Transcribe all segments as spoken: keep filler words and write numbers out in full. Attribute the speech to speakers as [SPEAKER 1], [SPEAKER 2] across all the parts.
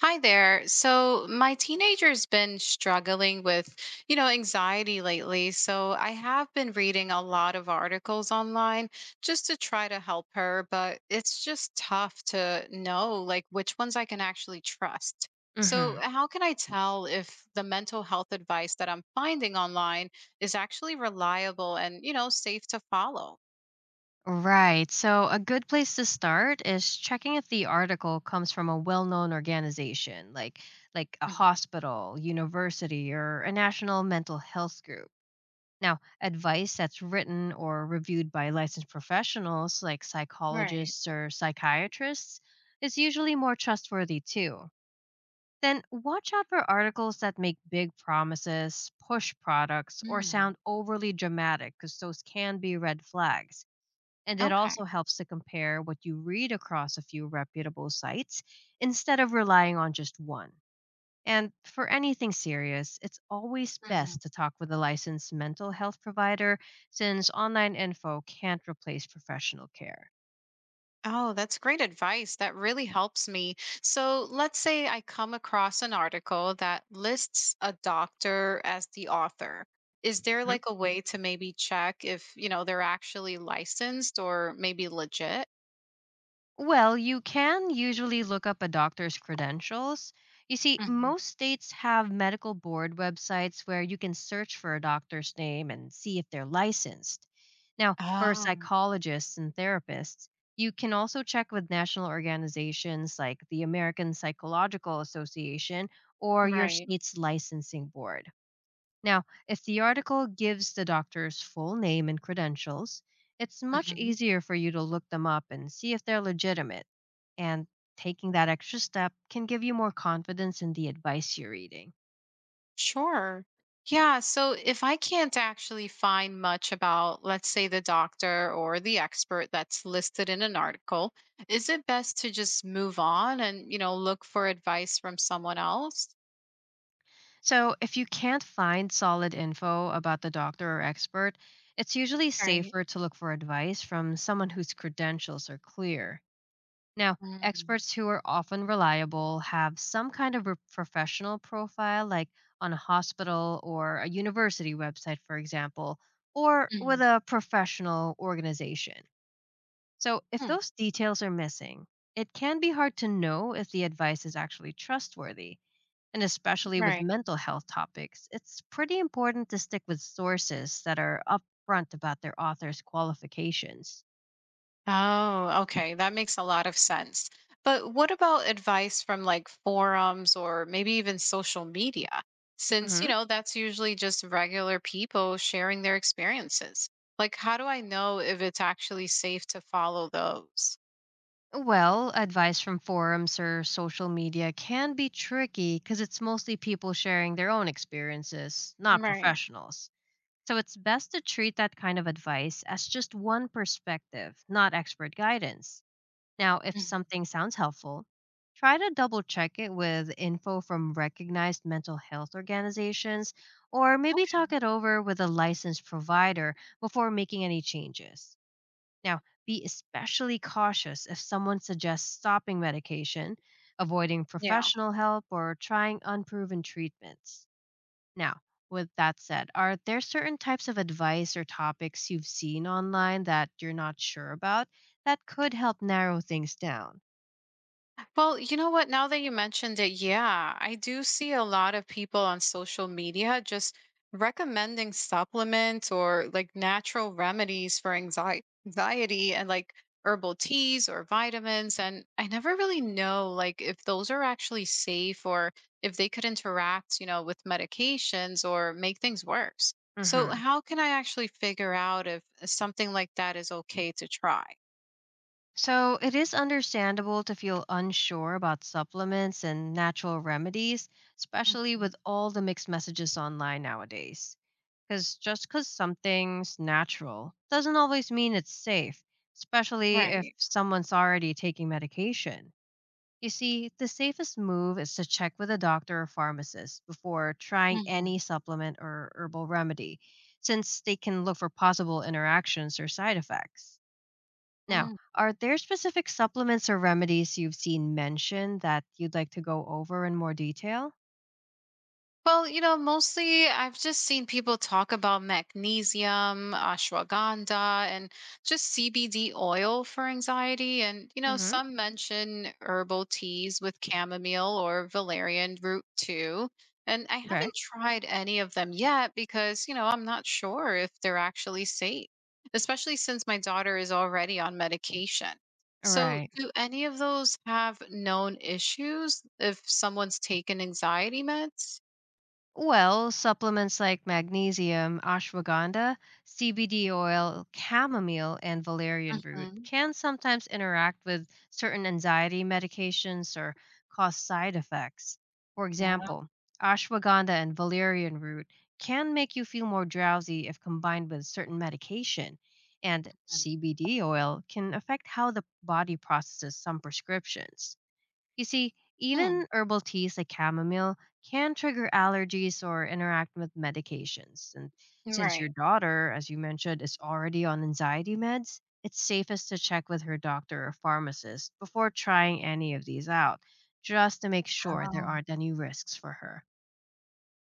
[SPEAKER 1] Hi there. So my teenager's been struggling with, you know, anxiety lately. So I have been reading a lot of articles online just to try to help her, but it's just tough to know like which ones I can actually trust. So
[SPEAKER 2] Hmm.
[SPEAKER 1] how can I tell if the mental health advice that I'm finding online is actually reliable and, you know, safe to follow?
[SPEAKER 2] Right. So, a good place to start is checking if the article comes from a well-known organization, like like a
[SPEAKER 1] Mhm.
[SPEAKER 2] hospital, university, or a national mental health group. Now, advice that's written or reviewed by licensed professionals like
[SPEAKER 1] Right.
[SPEAKER 2] psychologists or psychiatrists is usually more trustworthy too. Then watch out for articles that make big promises, push products, or
[SPEAKER 1] Mm,
[SPEAKER 2] sound overly dramatic because those can be red flags. And it
[SPEAKER 1] okay.
[SPEAKER 2] also helps to compare what you read across a few reputable sites instead of relying on just one. And for anything serious, it's always best to talk with a licensed mental health provider since online info can't replace professional care.
[SPEAKER 1] Oh, that's great advice. That really helps me. So, let's say I come across an article that lists a doctor as the author. Is there like a way to maybe check if, you know, they're actually licensed or maybe legit?
[SPEAKER 2] Well, you can usually look up a doctor's credentials. You see,
[SPEAKER 1] Hmm.
[SPEAKER 2] most states have medical board websites where you can search for a doctor's name and see if they're licensed. Now, for
[SPEAKER 1] Oh,
[SPEAKER 2] psychologists and therapists, you can also check with national organizations like the American Psychological Association or your
[SPEAKER 1] right.
[SPEAKER 2] state's licensing board. Now, if the article gives the doctor's full name and credentials, it's much easier for you to look them up and see if they're legitimate. And taking that extra step can give you more confidence in the advice you're reading.
[SPEAKER 1] Sure. Yeah. So if I can't actually find much about, let's say, the doctor or the expert that's listed in an article, is it best to just move on and, you know, look for advice from someone else?
[SPEAKER 2] So, if you can't find solid info about the doctor or expert, it's usually
[SPEAKER 1] Right.
[SPEAKER 2] safer to look for advice from someone whose credentials are clear. Now,
[SPEAKER 1] Mm.
[SPEAKER 2] experts who are often reliable have some kind of a professional profile, like on a hospital or a university website, for example, or
[SPEAKER 1] Mhm.
[SPEAKER 2] with a professional organization. So, if
[SPEAKER 1] Mm.
[SPEAKER 2] those details are missing, it can be hard to know if the advice is actually trustworthy. And especially with
[SPEAKER 1] Right.
[SPEAKER 2] mental health topics, it's pretty important to stick with sources that are upfront about their author's qualifications.
[SPEAKER 1] Oh, okay. That makes a lot of sense. But what about advice from like forums or maybe even social media? Since, you
[SPEAKER 2] Mhm.
[SPEAKER 1] know, that's usually just regular people sharing their experiences. Like, how do I know if it's actually safe to follow those?
[SPEAKER 2] Well, advice from forums or social media can be tricky because it's mostly people sharing their own experiences, not
[SPEAKER 1] Right.
[SPEAKER 2] professionals. So it's best to treat that kind of advice as just one perspective, not expert guidance. Now, if
[SPEAKER 1] Mhm.
[SPEAKER 2] something sounds helpful, try to double check it with info from recognized mental health organizations or maybe
[SPEAKER 1] Okay.
[SPEAKER 2] talk it over with a licensed provider before making any changes. Now, be especially cautious if someone suggests stopping medication, avoiding
[SPEAKER 1] Yeah.
[SPEAKER 2] professional help, or trying unproven treatments. Now, with that said, are there certain types of advice or topics you've seen online that you're not sure about that could help narrow things down?
[SPEAKER 1] Well, you know what? Now that you mentioned it, yeah, I do see a lot of people on social media just recommending supplements or like natural remedies for anxi- anxiety and like herbal teas or vitamins. And I never really know like if those are actually safe or if they could interact, you know, with medications or make things worse. So,
[SPEAKER 2] Hmm.
[SPEAKER 1] how can I actually figure out if something like that is okay to try?
[SPEAKER 2] So, it is understandable to feel unsure about supplements and natural remedies, especially
[SPEAKER 1] Mhm.
[SPEAKER 2] with all the mixed messages online nowadays. Because just because something's natural doesn't always mean it's safe, especially if
[SPEAKER 1] Right.
[SPEAKER 2] someone's already taking medication. You see, the safest move is to check with a doctor or pharmacist before trying any supplement or herbal remedy, since they can look for possible interactions or side effects. Now,
[SPEAKER 1] Mhm.
[SPEAKER 2] are there specific supplements or remedies you've seen mentioned that you'd like to go over in more detail?
[SPEAKER 1] Well, you know, mostly I've just seen people talk about magnesium, ashwagandha, and just C B D oil for anxiety. And, you know,
[SPEAKER 2] Hmm.
[SPEAKER 1] some mention herbal teas with chamomile or valerian root too. And I
[SPEAKER 2] Okay.
[SPEAKER 1] haven't
[SPEAKER 2] Right.
[SPEAKER 1] tried any of them yet because, you know, I'm not sure if they're actually safe, especially since my daughter is already on medication. So, do any of those have known issues if someone's taken anxiety meds?
[SPEAKER 2] Well, supplements like magnesium, ashwagandha, C B D oil, chamomile, and valerian root
[SPEAKER 1] Mhm.
[SPEAKER 2] can sometimes interact with certain anxiety medications or cause side effects. For
[SPEAKER 1] Yeah.
[SPEAKER 2] example, ashwagandha and valerian root can make you feel more drowsy if combined with certain medication, and C B D oil can affect how the body processes some prescriptions. You see,
[SPEAKER 1] Mm.
[SPEAKER 2] even herbal teas like chamomile can trigger allergies or interact with medications. And
[SPEAKER 1] Hmm,
[SPEAKER 2] since your
[SPEAKER 1] right.
[SPEAKER 2] daughter, as you mentioned, is already on anxiety meds, it's safest to check with her doctor or pharmacist before trying any of these out, just to make sure there
[SPEAKER 1] Oh.
[SPEAKER 2] aren't any risks for her.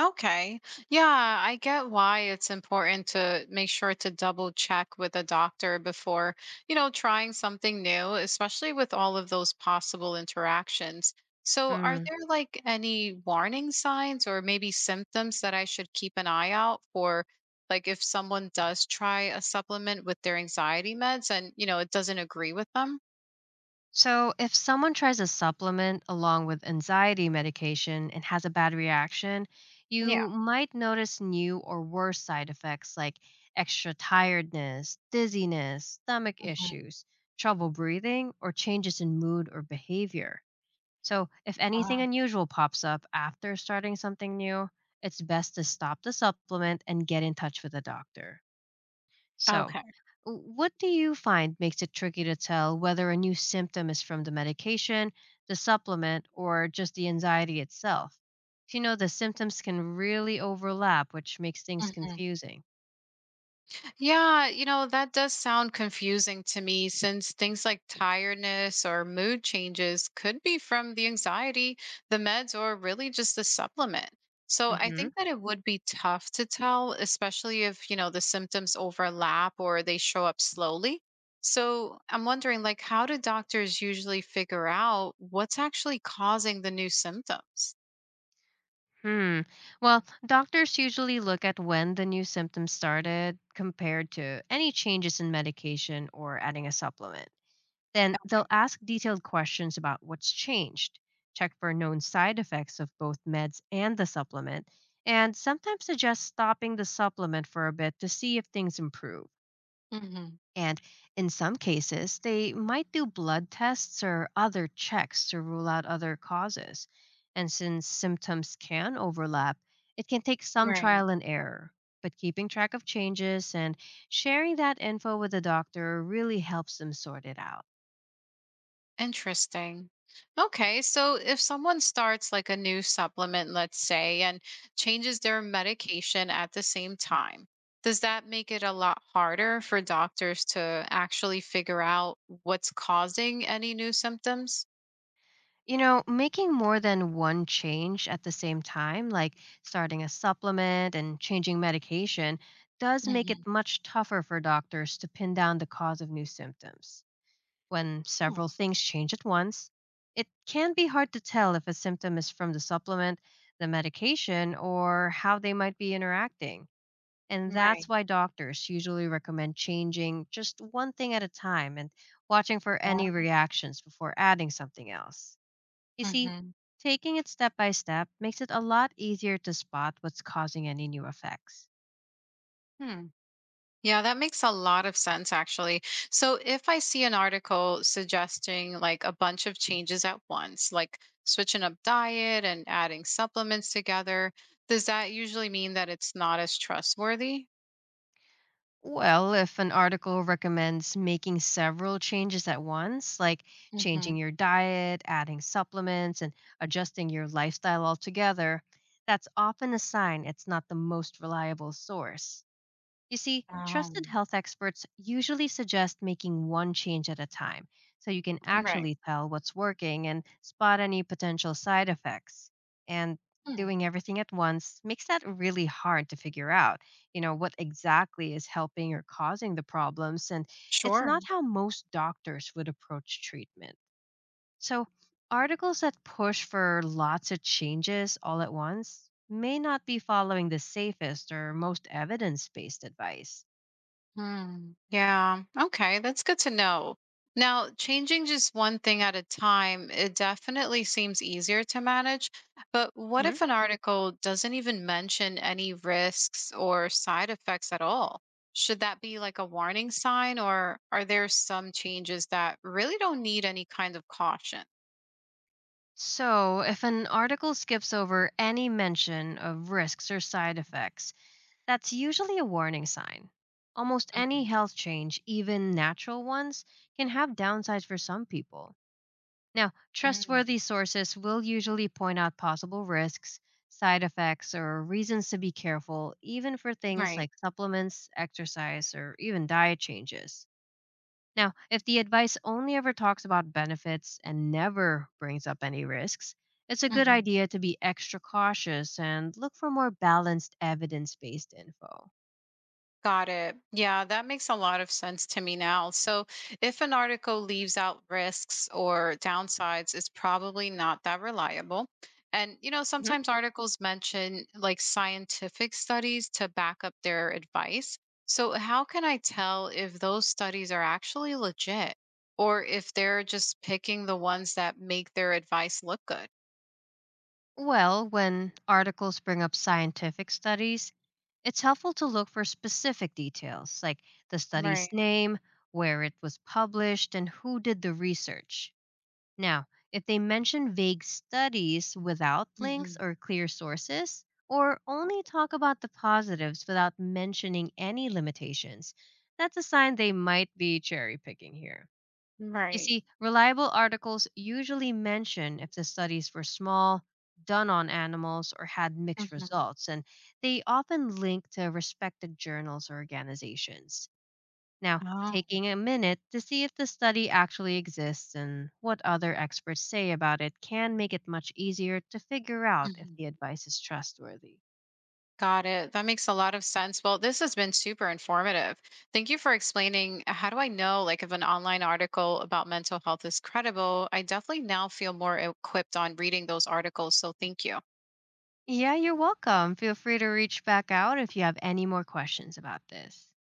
[SPEAKER 1] Okay. Yeah, I get why it's important to make sure to double check with a doctor before, you know, trying something new, especially with all of those possible interactions. So, are
[SPEAKER 2] Mm.
[SPEAKER 1] there like any warning signs or maybe symptoms that I should keep an eye out for? Like, if someone does try a supplement with their anxiety meds and, you know, it doesn't agree with them?
[SPEAKER 2] So, if someone tries a supplement along with anxiety medication and has a bad reaction,
[SPEAKER 1] Yeah.
[SPEAKER 2] you might notice new or worse side effects like extra tiredness, dizziness, stomach
[SPEAKER 1] Mhm.
[SPEAKER 2] issues, trouble breathing, or changes in mood or behavior. So, if
[SPEAKER 1] Oh.
[SPEAKER 2] anything
[SPEAKER 1] Mhm.
[SPEAKER 2] unusual pops up after starting something new, it's best to stop the supplement and get in touch with a doctor. So, w- what do you find makes it tricky to tell whether a new symptom is from the medication, the supplement, or just the anxiety itself? You know, the symptoms can really overlap, which makes things
[SPEAKER 1] Okay.
[SPEAKER 2] confusing.
[SPEAKER 1] Yeah, you know, that does sound confusing to me since things like tiredness or mood changes could be from the anxiety, the meds, or really just the supplement. So I think
[SPEAKER 2] Hmm.
[SPEAKER 1] that it would be tough to tell, especially if, you know, the symptoms overlap or they show up slowly. So I'm wondering, like, how do doctors usually figure out what's actually causing the new symptoms?
[SPEAKER 2] Hmm. Well, doctors usually look at when the new symptoms started compared to any changes in medication or adding a supplement. Then
[SPEAKER 1] Okay.
[SPEAKER 2] they'll ask detailed questions about what's changed, check for known side effects of both meds and the supplement, and sometimes suggest stopping the supplement for a bit to see if things improve.
[SPEAKER 1] Hmm.
[SPEAKER 2] And in some cases, they might do blood tests or other checks to rule out other causes. And since symptoms can overlap, it can take some
[SPEAKER 1] Right.
[SPEAKER 2] trial and error. But keeping track of changes and sharing that info with the doctor really helps them sort it out.
[SPEAKER 1] Interesting. Okay, so if someone starts like a new supplement, let's say, and changes their medication at the same time, does that make it a lot harder for doctors to actually figure out what's causing any new symptoms?
[SPEAKER 2] You know, making more than one change at the same time, like starting a supplement and changing medication, does make
[SPEAKER 1] Hmm.
[SPEAKER 2] it much tougher for doctors to pin down the cause of new symptoms. When several things change at once, it can be hard to tell if a symptom is from the supplement, the medication, or how they might be interacting. And that's
[SPEAKER 1] Right.
[SPEAKER 2] why doctors usually recommend changing just one thing at a time and watching for any
[SPEAKER 1] Mhm.
[SPEAKER 2] reactions before adding something else. You
[SPEAKER 1] Uh,
[SPEAKER 2] see,
[SPEAKER 1] hmm.
[SPEAKER 2] taking it step by step makes it a lot easier to spot what's causing any new effects.
[SPEAKER 1] Hmm. Yeah, that makes a lot of sense actually. So if I see an article suggesting like a bunch of changes at once, like switching up diet and adding supplements together, does that usually mean that it's not as trustworthy?
[SPEAKER 2] Well, if an article recommends making several changes at once, like
[SPEAKER 1] Hmm.
[SPEAKER 2] changing your diet, adding supplements, and adjusting your lifestyle altogether, that's often a sign it's not the most reliable source. You see, trusted
[SPEAKER 1] Um,
[SPEAKER 2] health experts usually suggest making one change at a time so you can
[SPEAKER 1] Right.
[SPEAKER 2] actually tell what's working and spot any potential side effects. And
[SPEAKER 1] Hmm.
[SPEAKER 2] doing everything at once makes that really hard to figure out, you know, what exactly is helping or causing the problems. And it's
[SPEAKER 1] Sure.
[SPEAKER 2] not how most doctors would approach treatment. So, articles that push for lots of changes all at once may not be following the safest or most evidence based advice.
[SPEAKER 1] Hmm. Yeah. Okay. That's good to know. Now, changing just one thing at a time, it definitely seems easier to manage. But what
[SPEAKER 2] Mhm.
[SPEAKER 1] if an article doesn't even mention any risks or side effects at all? Should that be like a warning sign, or are there some changes that really don't need any kind of caution?
[SPEAKER 2] So, if an article skips over any mention of risks or side effects, that's usually a warning sign. Almost
[SPEAKER 1] Mhm.
[SPEAKER 2] any health change, even natural ones, can have downsides for some people. Now,
[SPEAKER 1] Mm.
[SPEAKER 2] trustworthy sources will usually point out possible risks, side effects, or reasons to be careful, even for things
[SPEAKER 1] Right.
[SPEAKER 2] like supplements, exercise, or even diet changes. Now, if the advice only ever talks about benefits and never brings up any risks, it's a good
[SPEAKER 1] Mm-hmm.
[SPEAKER 2] idea to be extra cautious and look for more balanced evidence based info.
[SPEAKER 1] Got it. Yeah, that makes a lot of sense to me now. So, if an article leaves out risks or downsides, it's probably not that reliable. And, you know,
[SPEAKER 2] Hmm.
[SPEAKER 1] sometimes articles mention like scientific studies to back up their advice. So, how can I tell if those studies are actually legit or if they're just picking the ones that make their advice look good?
[SPEAKER 2] Well, when articles bring up scientific studies, it's helpful to look for specific details like the
[SPEAKER 1] Right.
[SPEAKER 2] study's name, where it was published, and who did the research. Now, if they mention vague studies without links
[SPEAKER 1] Hmm.
[SPEAKER 2] or clear sources, or only talk about the positives without mentioning any limitations, that's a sign they might be cherry picking here. You
[SPEAKER 1] Right.
[SPEAKER 2] see, reliable articles usually mention if the studies were small, done on animals, or had mixed
[SPEAKER 1] Hmm.
[SPEAKER 2] results, and they often link to respected journals or organizations. Now,
[SPEAKER 1] Oh.
[SPEAKER 2] taking a minute to see if the study actually exists and what other experts say about it can make it much easier to figure out if
[SPEAKER 1] Mhm.
[SPEAKER 2] the advice is trustworthy.
[SPEAKER 1] Got it. That makes a lot of sense. Well, this has been super informative. Thank you for explaining how do I know like if an online article about mental health is credible? I definitely now feel more equipped on reading those articles, so thank you.
[SPEAKER 2] Yeah, you're welcome. Feel free to reach back out if you have any more questions about this.